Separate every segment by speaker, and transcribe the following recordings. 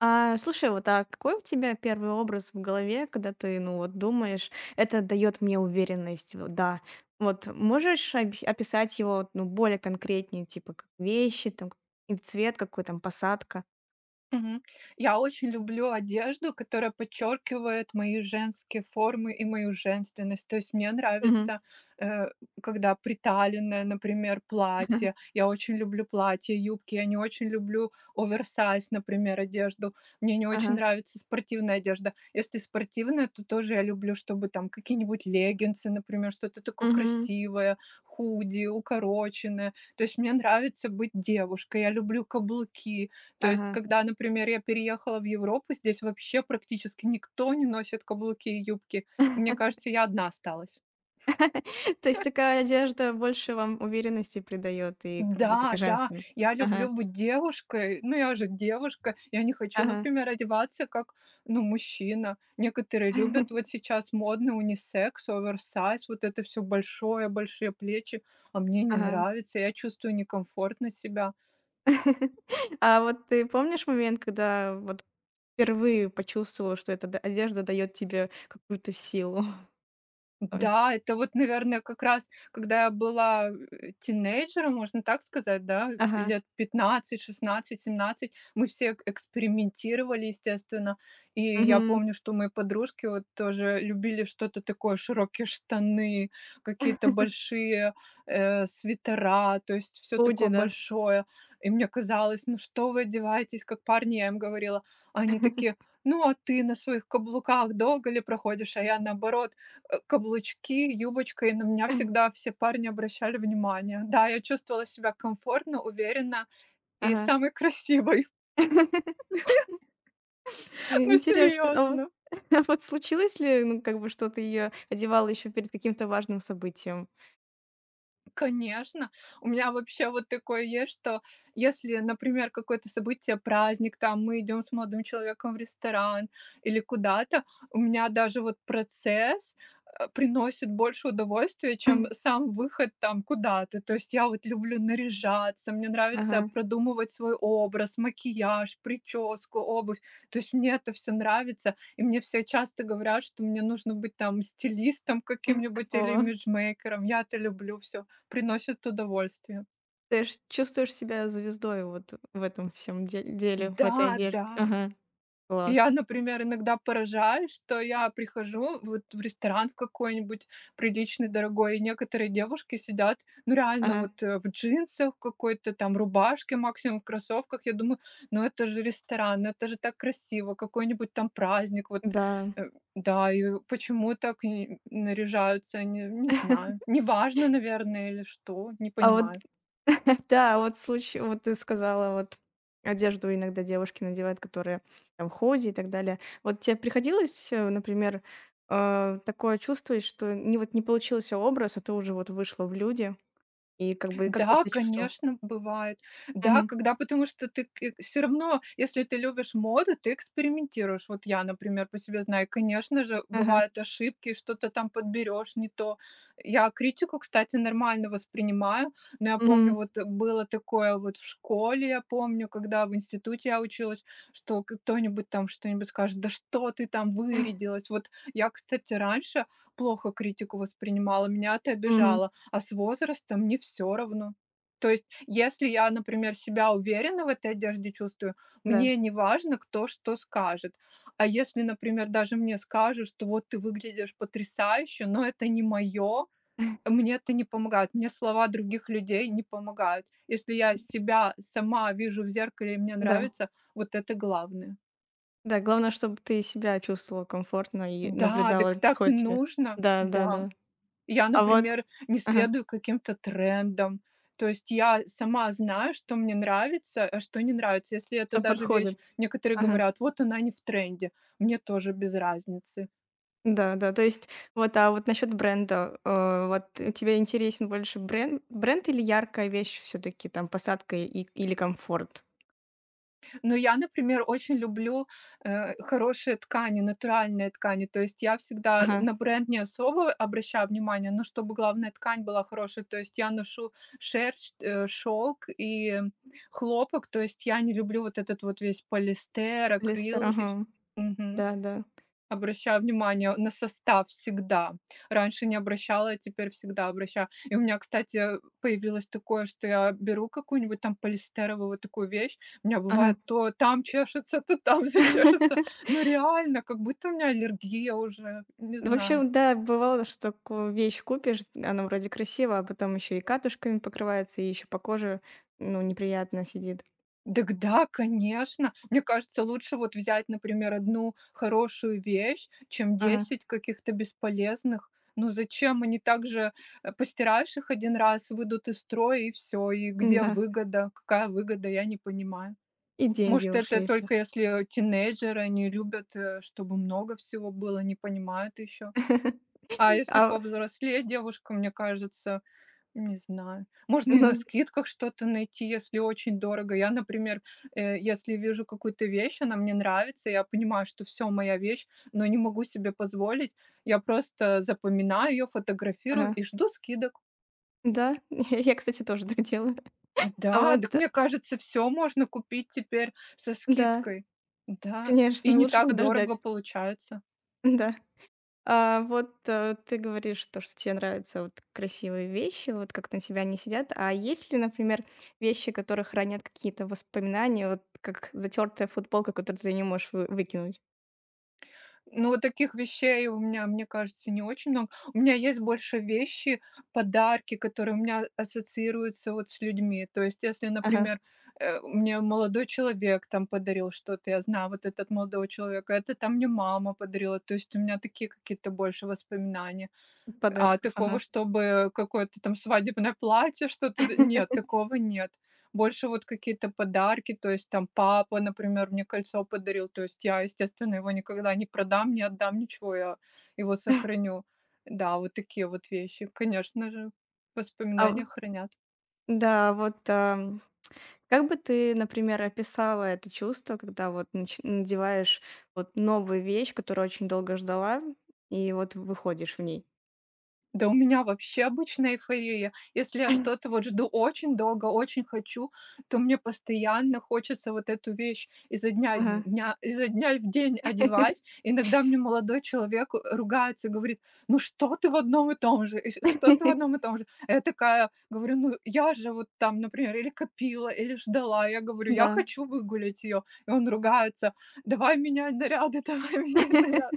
Speaker 1: А, слушай, вот а какой у тебя первый образ в голове, когда ты, ну вот, думаешь, это дает мне уверенность, вот да. Вот можешь описать его, ну, более конкретнее, типа как вещи, там, и цвет какой там, посадка?
Speaker 2: Мгм. Я очень люблю одежду, которая подчеркивает мои женские формы и мою женственность. То есть мне
Speaker 1: Мгм.
Speaker 2: нравится, э, когда приталенное, например, платье. Я очень люблю платья, юбки. Я не очень люблю оверсайз, например, одежду. Мне не очень
Speaker 1: Ага.
Speaker 2: нравится спортивная одежда. Если спортивная, то тоже я люблю, чтобы там какие-нибудь леггинсы, например, что-то такое
Speaker 1: Мгм.
Speaker 2: красивое, худи, укороченное. То есть мне нравится быть девушкой. Я люблю каблуки. То есть,
Speaker 1: Ага.
Speaker 2: когда, например, я переехала в Европу, здесь вообще практически никто не носит каблуки и юбки. Мне кажется, я одна осталась.
Speaker 1: То есть такая одежда больше вам уверенности придает и как будто
Speaker 2: Да, да,
Speaker 1: женственно.
Speaker 2: я люблю
Speaker 1: Ага.
Speaker 2: быть девушкой, ну я же девушка, я не хочу,
Speaker 1: Ага.
Speaker 2: например, одеваться как, ну, мужчина. Некоторые любят вот сейчас модный унисекс, оверсайз, вот это все большое, большие плечи, а мне не
Speaker 1: Ага.
Speaker 2: нравится, я чувствую некомфортно себя.
Speaker 1: А вот ты помнишь момент, когда вот впервые почувствовала, что эта д одежда дает тебе какую-то силу?
Speaker 2: Да, это вот, наверное, как раз, когда я была, тинейджером, можно так сказать, да,
Speaker 1: Ага.
Speaker 2: лет 15, 16, 17, мы все к экспериментировали, естественно. И я
Speaker 1: Мгм.
Speaker 2: помню, что мои подружки вот тоже любили что-то такое, широкие штаны, какие-то большие, свитера, то есть все такое
Speaker 1: Худи, да.
Speaker 2: большое. И мне казалось: "Ну что вы одеваетесь как парни?" Я им говорила. А они такие: "Ну, а ты на своих каблуках долго ли проходишь?" А я наоборот: каблучки, юбочка, и на меня всегда все парни обращали внимание. Да, я чувствовала себя комфортно, уверенно и
Speaker 1: Ага.
Speaker 2: самой красивой. Ну,
Speaker 1: Интересно,
Speaker 2: серьезно.
Speaker 1: а вот случилось ли, ну, как бы, что ты ее одевала еще перед каким-то важным событием?
Speaker 2: Конечно. У меня вообще вот такое есть, что если, например, какое-то событие, праздник, там мы идем с молодым человеком в ресторан или куда-то, у меня даже вот процесс приносит больше удовольствия, чем сам выход там куда-то. То есть я вот люблю наряжаться, мне нравится
Speaker 1: Ага.
Speaker 2: продумывать свой образ, макияж, прическу, обувь. То есть мне это все нравится. И мне все часто говорят, что мне нужно быть там стилистом каким-нибудь или
Speaker 1: О,
Speaker 2: имиджмейкером. Я это люблю все. Приносит удовольствие.
Speaker 1: ты ж чувствуешь себя звездой вот в этом всем де деле, в этой
Speaker 2: Да,
Speaker 1: одежде.
Speaker 2: да.
Speaker 1: Ага. Класс.
Speaker 2: Я, например, иногда поражаюсь, что я прихожу вот в ресторан в какой-нибудь приличный, дорогой, и некоторые девушки сидят, ну, реально
Speaker 1: Ага.
Speaker 2: вот, в джинсах, какой-то там рубашке, максимум в кроссовках. Я думаю: "Ну, это же ресторан, ну, это же так красиво, какой-нибудь там праздник". Вот,
Speaker 1: Да.
Speaker 2: э, да, и почему так н наряжаются, не знаю. Неважно, наверное, или что, не
Speaker 1: А вот
Speaker 2: понимаю.
Speaker 1: Да, вот случай, вот ты сказала, вот одежду иногда девушки надевают, которые там ходи и так далее. Вот тебе приходилось, например, такое чувствовать, что не получился образ, а ты уже вот вышла в люди и как бы как ты
Speaker 2: Да,
Speaker 1: себя чувствовал?
Speaker 2: конечно, бывает. Да,
Speaker 1: Мгм.
Speaker 2: когда потому что ты все равно, если ты любишь моду, ты экспериментируешь. Вот я, например, по себе знаю, конечно же,
Speaker 1: Ага.
Speaker 2: бывают ошибки, что-то там подберешь не то. Я критику, кстати, нормально воспринимаю, но я помню,
Speaker 1: Мгм.
Speaker 2: было такое вот в школе, я помню, когда в институте я училась, что кто-нибудь там что-нибудь скажет: "Да что ты там вырядилась?" Вот я, кстати, раньше плохо критику воспринимала, меня это
Speaker 1: Мгм.
Speaker 2: обижало. А с возрастом мне все равно. То есть, если я, например, себя уверенно в этой одежде чувствую,
Speaker 1: Да,
Speaker 2: мне не важно, кто что скажет. А если, например, даже мне скажут, что вот ты выглядишь потрясающе, но это не мое, мне это не помогает. Мне слова других людей не помогают. Если я себя сама вижу в зеркале и мне
Speaker 1: да,
Speaker 2: нравится, вот это главное.
Speaker 1: да. Главное, чтобы ты себя чувствовала комфортно и
Speaker 2: Да, так
Speaker 1: наблюдала,
Speaker 2: так и
Speaker 1: подходит тебе.
Speaker 2: нужно.
Speaker 1: Да, да,
Speaker 2: Да.
Speaker 1: да.
Speaker 2: Я,
Speaker 1: А вот,
Speaker 2: например, не
Speaker 1: ага,
Speaker 2: следую каким-то трендам. То есть я сама знаю, что мне нравится, а что не нравится. Если это
Speaker 1: всё
Speaker 2: даже вещь,
Speaker 1: подходит.
Speaker 2: некоторые
Speaker 1: Ага.
Speaker 2: говорят: "Вот она не в тренде". Мне тоже без разницы.
Speaker 1: Да, да, то есть вот, а вот насчет бренда, вот тебе интересен больше бренд или яркая вещь все-таки, там, посадка или комфорт?
Speaker 2: Но я, например, очень люблю, хорошие ткани, натуральные ткани. То есть я всегда
Speaker 1: Ага,
Speaker 2: на бренд не особо обращаю внимание, но чтобы главная ткань была хорошая. То есть я ношу шерсть, шелк и хлопок. То есть я не люблю вот этот вот весь полиэстер,
Speaker 1: Лестер,
Speaker 2: акрил и
Speaker 1: ага,
Speaker 2: вс Мгм.
Speaker 1: да-да,
Speaker 2: Обращаю внимание на состав всегда. Раньше не обращала, а теперь всегда обращаю. И у меня, кстати, появилось такое, что я беру какую-нибудь там полиэстеровую вот такую вещь, у меня
Speaker 1: ага.
Speaker 2: бывает то там чешется, то там зачешется. Но реально, как будто у меня аллергия уже, не
Speaker 1: Ну, вообще,
Speaker 2: знаю.
Speaker 1: да, бывало, что такую вещь купишь, она вроде красивая, а потом еще и катушками покрывается, и еще по коже, ну, неприятно сидит.
Speaker 2: Дак да, конечно. Мне кажется, лучше вот взять, например, одну хорошую вещь, чем
Speaker 1: Ага,
Speaker 2: 10 каких-то бесполезных. Ну зачем? Они также, постираешь их один раз, выйдут из строя и все. И где
Speaker 1: да
Speaker 2: выгода? Какая выгода? Я не понимаю.
Speaker 1: и деньги
Speaker 2: Может, это
Speaker 1: ушли.
Speaker 2: только если тинейджеры, они любят, чтобы много всего было, не понимают еще. А если
Speaker 1: А,
Speaker 2: повзрослее девушка, мне кажется, не знаю. Можно и на
Speaker 1: ну,
Speaker 2: скидках что-то найти, если очень дорого. Я, например, если вижу какую-то вещь, она мне нравится, я понимаю, что все моя вещь, но не могу себе позволить. Я просто запоминаю ее, фотографирую
Speaker 1: ага,
Speaker 2: и жду скидок.
Speaker 1: да, я, кстати, тоже так делаю. А
Speaker 2: Да, так
Speaker 1: вот,
Speaker 2: мне кажется, все можно купить теперь со
Speaker 1: да.
Speaker 2: скидкой. Да, и
Speaker 1: Конечно,
Speaker 2: не
Speaker 1: лучше
Speaker 2: так дорого
Speaker 1: подождать.
Speaker 2: получается.
Speaker 1: Да. А вот, ты говоришь то, что тебе нравятся вот красивые вещи, вот как на тебя они сидят. А есть ли, например, вещи, которые хранят какие-то воспоминания, вот как затертая футболка, которую ты не можешь вы выкинуть?
Speaker 2: Ну, вот таких вещей у меня, мне кажется, не очень много. У меня есть больше вещи, подарки, которые у меня ассоциируются вот с людьми. То есть, если,
Speaker 1: Ага,
Speaker 2: например, мне молодой человек там подарил что-то, я знаю вот этот молодого человека, это там мне мама подарила. То есть у меня такие какие-то больше воспоминания. А
Speaker 1: подарков,
Speaker 2: такого,
Speaker 1: ага.
Speaker 2: чтобы какое-то там свадебное платье, что-то д нет, такого нет. Больше вот какие-то подарки, то есть там папа, например, мне кольцо подарил, то есть я, естественно, его никогда не продам, не отдам, ничего, я его сохраню. Да, вот такие вот вещи, конечно же,
Speaker 1: А
Speaker 2: воспоминания
Speaker 1: в
Speaker 2: хранят.
Speaker 1: Да, вот, как бы ты, например, описала это чувство, когда вот нач надеваешь вот новую вещь, которую очень долго ждала, и вот выходишь в ней?
Speaker 2: Да у меня вообще обычная эйфория. Если я что-то вот жду очень долго, очень хочу, то мне постоянно хочется вот эту вещь изо дня,
Speaker 1: Ага.
Speaker 2: изо дня в день одевать. Иногда мне молодой человек ругается, говорит, ну что ты в одном и том же, что ты в одном и том же. А я такая говорю, ну я же вот там, например, или копила, или ждала. Я говорю, я
Speaker 1: Да.
Speaker 2: хочу выгулять ее. И он ругается, давай менять наряды, давай менять наряд.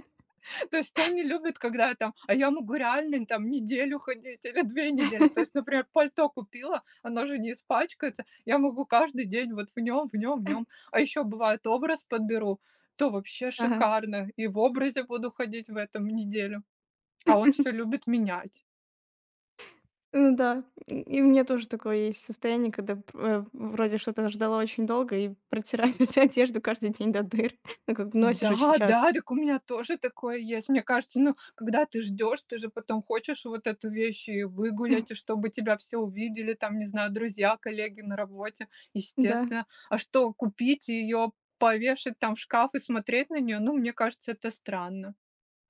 Speaker 2: То есть он не любит, когда там а я могу реально там неделю ходить или 2 недели. То есть, например, пальто купила, оно же не испачкается. Я могу каждый день вот в нем, в нем, в нем. А еще бывает, образ подберу, то вообще
Speaker 1: Ага.
Speaker 2: шикарно. И в образе буду ходить в этом неделю. А он все любит менять.
Speaker 1: Ну да, и у меня тоже такое есть состояние, когда вроде что-то ждала очень долго и протираю эту одежду каждый день до дыр. Ну, как носишь очень
Speaker 2: Да,
Speaker 1: часто.
Speaker 2: да, так у меня тоже такое есть. Мне кажется, ну, когда ты ждешь, ты же потом хочешь вот эту вещь и выгулять, и чтобы тебя все увидели, там, не знаю, друзья, коллеги на работе,
Speaker 1: Да.
Speaker 2: естественно. А что, купить ее, повешать там в шкаф и смотреть на нее, ну, мне кажется, это странно.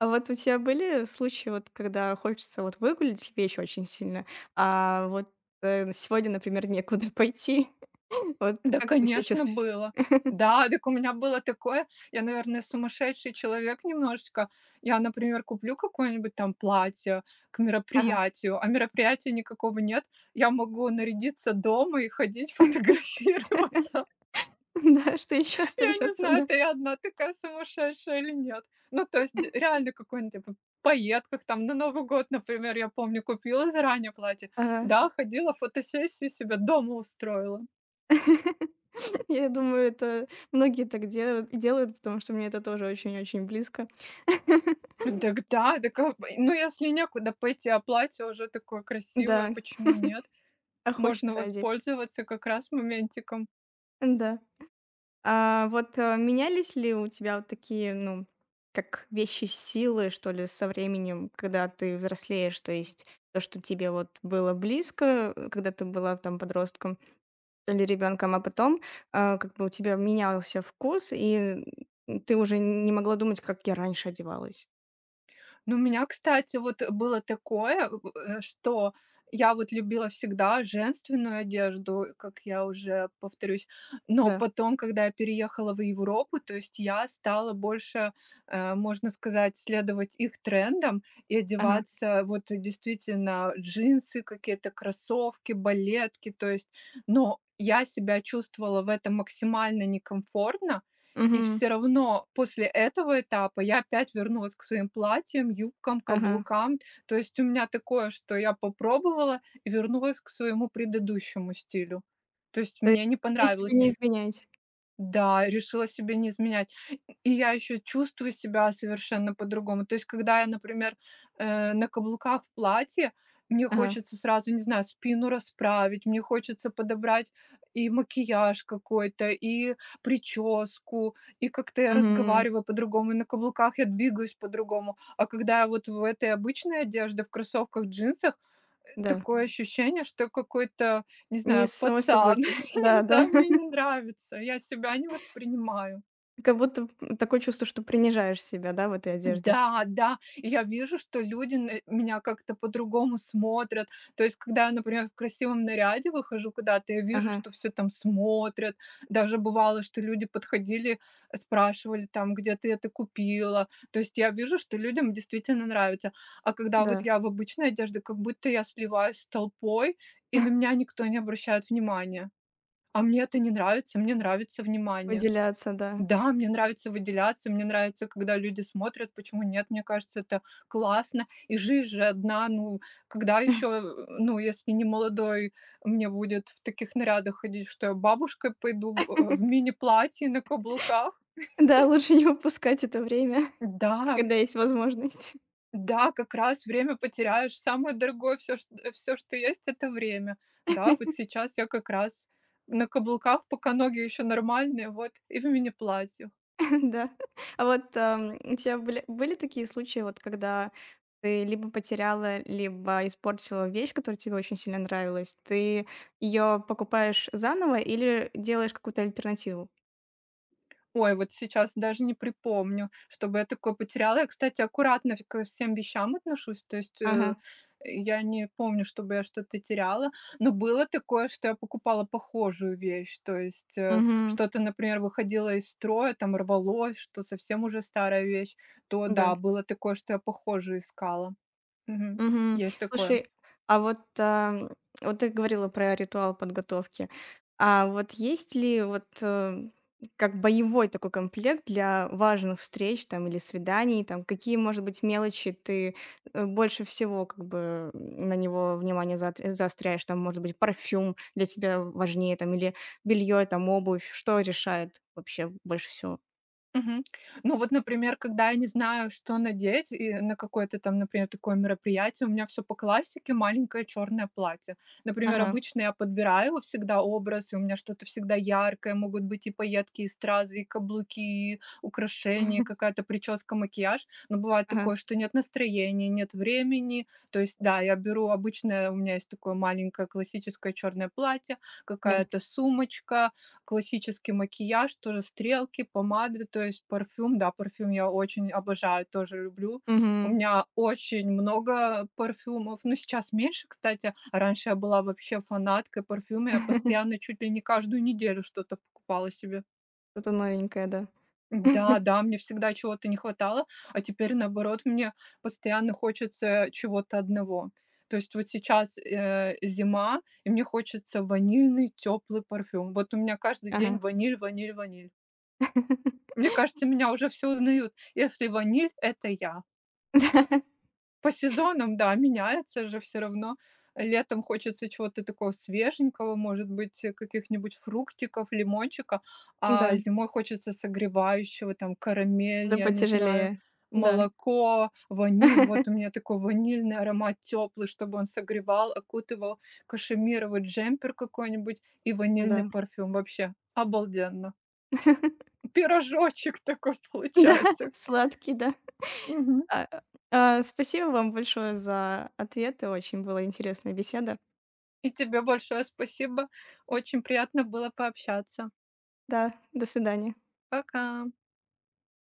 Speaker 1: А вот у тебя были случаи, вот когда хочется вот выгулить вещь очень сильно, а вот, сегодня, например, некуда пойти? Вот
Speaker 2: Да,
Speaker 1: как вы себя
Speaker 2: конечно,
Speaker 1: чувствуете?
Speaker 2: было. Да, так у меня было такое. Я, наверное, сумасшедший человек немножечко. Я, например, куплю какое-нибудь там платье к
Speaker 1: Ага.
Speaker 2: мероприятию, а мероприятия никакого нет. Я могу нарядиться дома и ходить фотографироваться.
Speaker 1: Да, что еще
Speaker 2: Я не
Speaker 1: остается,
Speaker 2: знаю,
Speaker 1: да.
Speaker 2: это я одна такая сумасшедшая или нет. Ну, то есть реально какой-нибудь типа пайетках там на Новый год, например, я помню, купила заранее платье.
Speaker 1: Ага.
Speaker 2: Да, ходила, фотосессию себе дома устроила.
Speaker 1: Я думаю, это многие так делают, потому что мне это тоже очень-очень близко.
Speaker 2: Дак да, дак, а, ну, если некуда пойти, а платье уже такое красивое,
Speaker 1: Да,
Speaker 2: почему нет?
Speaker 1: а
Speaker 2: Можно
Speaker 1: хочется одеть.
Speaker 2: воспользоваться как раз моментиком.
Speaker 1: Да. А вот, менялись ли у тебя вот такие, ну, как вещи силы, что ли, со временем, когда ты взрослеешь? То есть то, что тебе вот было близко, когда ты была там подростком или ребенком, а потом, как бы у тебя менялся вкус, и, ты уже не могла думать, как я раньше одевалась.
Speaker 2: Ну, у меня, кстати, вот было такое, что я вот любила всегда женственную одежду, как я уже повторюсь. Но
Speaker 1: Да.
Speaker 2: потом, когда я переехала в Европу, то есть я стала больше, можно сказать, следовать их трендам и
Speaker 1: Ага.
Speaker 2: одеваться вот действительно джинсы, какие-то кроссовки, балетки, то есть. Но я себя чувствовала в этом максимально некомфортно, и
Speaker 1: Мгм.
Speaker 2: все равно после этого этапа я опять вернулась к своим платьям, юбкам,
Speaker 1: Ага.
Speaker 2: каблукам. То есть у меня такое, что я попробовала и вернулась к своему предыдущему стилю. То есть
Speaker 1: То есть
Speaker 2: мне не
Speaker 1: вы себе
Speaker 2: понравилось.
Speaker 1: не изменяете.
Speaker 2: Да, решила себе не изменять. И я еще чувствую себя совершенно по-другому. То есть, когда я, например, на каблуках в платье, мне
Speaker 1: Ага.
Speaker 2: хочется сразу, не знаю, спину расправить, мне хочется подобрать и макияж какой-то, и прическу, и как-то я
Speaker 1: Мгм.
Speaker 2: разговариваю по-другому, и на каблуках я двигаюсь по-другому. А когда я вот в этой обычной одежде, в кроссовках, джинсах,
Speaker 1: Да.
Speaker 2: такое ощущение, что я какой-то, не
Speaker 1: Не
Speaker 2: знаю,
Speaker 1: с самой собой,
Speaker 2: пацан.
Speaker 1: чу
Speaker 2: Не
Speaker 1: да,
Speaker 2: знаю,
Speaker 1: да.
Speaker 2: мне не нравится, я себя не воспринимаю.
Speaker 1: Как будто, такое чувство, что принижаешь себя, да, в этой одежде.
Speaker 2: Да, да, и я вижу, что люди на меня как-то по-другому смотрят. То есть, когда я, например, в красивом наряде выхожу куда-то, я вижу,
Speaker 1: Ага,
Speaker 2: что все там смотрят. Даже бывало, что люди подходили, спрашивали там, где ты это купила. То есть я вижу, что людям действительно нравится. А когда вот
Speaker 1: да,
Speaker 2: я в обычной одежде, как будто я сливаюсь с толпой, и на меня никто не обращает внимания. А мне это не нравится, мне нравится внимание.
Speaker 1: выделяться, да.
Speaker 2: Да, мне нравится выделяться, мне нравится, когда люди смотрят. Почему нет? Мне кажется, это классно. И жизнь же одна, ну, когда еще, ну, если не молодой, мне будет в таких нарядах ходить, что я бабушкой пойду в мини-платье на каблуках.
Speaker 1: Да, лучше не упускать это время,
Speaker 2: Да,
Speaker 1: когда есть возможность.
Speaker 2: да, как раз время потеряешь. Самое дорогое все, все, что есть, это время. Да, вот сейчас я как раз на каблуках, пока ноги еще нормальные, вот, и в мини-платье.
Speaker 1: Да. А вот, у тебя были такие случаи, вот когда ты либо потеряла, либо испортила вещь, которая тебе очень сильно нравилась? Ты ее покупаешь заново или делаешь какую-то альтернативу?
Speaker 2: Ой, вот сейчас даже не припомню, чтобы я такое потеряла. Я, кстати, аккуратно ко всем вещам отношусь, то есть,
Speaker 1: Ага.
Speaker 2: я не помню, чтобы я что-то теряла. Но было такое, что я покупала похожую вещь, то есть,
Speaker 1: Мгм.
Speaker 2: что-то, например, выходило из строя, там рвалось, что совсем уже старая вещь, то
Speaker 1: Да.
Speaker 2: да, было такое, что я похожую искала. Мгм.
Speaker 1: Мгм.
Speaker 2: Есть такое.
Speaker 1: Слушай, а вот, вот ты говорила про ритуал подготовки. А вот есть ли вот, как боевой такой комплект для важных встреч там или свиданий? Там какие, может быть, мелочи ты, больше всего как бы на него внимание заотр заостряешь? Там, может быть, парфюм для тебя важнее там или белье, там обувь? Что решает вообще больше всего?
Speaker 2: Мгм. Ну вот, например, когда я не знаю, что надеть, и на какое-то там, например, такое мероприятие, у меня все по классике: маленькое черное платье. Например,
Speaker 1: Ага.
Speaker 2: обычно я подбираю всегда образ, и у меня что-то всегда яркое, могут быть и пайетки, и стразы, и каблуки, и украшения, какая-то прическа, макияж. Но бывает
Speaker 1: Ага,
Speaker 2: такое, что нет настроения, нет времени. То есть, да, я беру обычное, у меня есть такое маленькое классическое черное платье,
Speaker 1: да.
Speaker 2: какая-то сумочка. Классический макияж, тоже стрелки, помады, то есть парфюм. Да, парфюм я очень обожаю, тоже люблю. У
Speaker 1: Мгм.
Speaker 2: меня очень много парфюмов, но сейчас меньше, кстати. А раньше я была вообще фанаткой парфюма, я постоянно чуть ли не каждую неделю что-то покупала себе.
Speaker 1: Что-то новенькое, да.
Speaker 2: Да, да, мне всегда чего-то не хватало, а теперь, наоборот, мне постоянно хочется чего-то одного. То есть вот сейчас, зима, и мне хочется ванильный теплый парфюм. Вот у меня каждый день
Speaker 1: Ага.
Speaker 2: ваниль, ваниль, ваниль. Мне кажется, меня уже все узнают. Если ваниль- это я. По сезонам, да, меняется же все равно. Летом хочется чего-то такого свеженького, может быть, каких-нибудь фруктиков, лимончика, а
Speaker 1: Да,
Speaker 2: зимой хочется согревающего, там, карамель,
Speaker 1: да
Speaker 2: я не знаю,
Speaker 1: потяжелее. Да,
Speaker 2: молоко, ваниль. Вот у меня такой ванильный аромат теплый, чтобы он согревал, окутывал. Кашемировый джемпер какой-нибудь и ванильный
Speaker 1: да.
Speaker 2: парфюм. Вообще обалденно. Пирожочек такой
Speaker 1: Да,
Speaker 2: получается.
Speaker 1: сладкий, да.
Speaker 2: Мгм.
Speaker 1: А, спасибо вам большое за ответы. Очень была интересная беседа.
Speaker 2: И тебе большое спасибо. Очень приятно было пообщаться.
Speaker 1: Да, до свидания.
Speaker 2: Пока.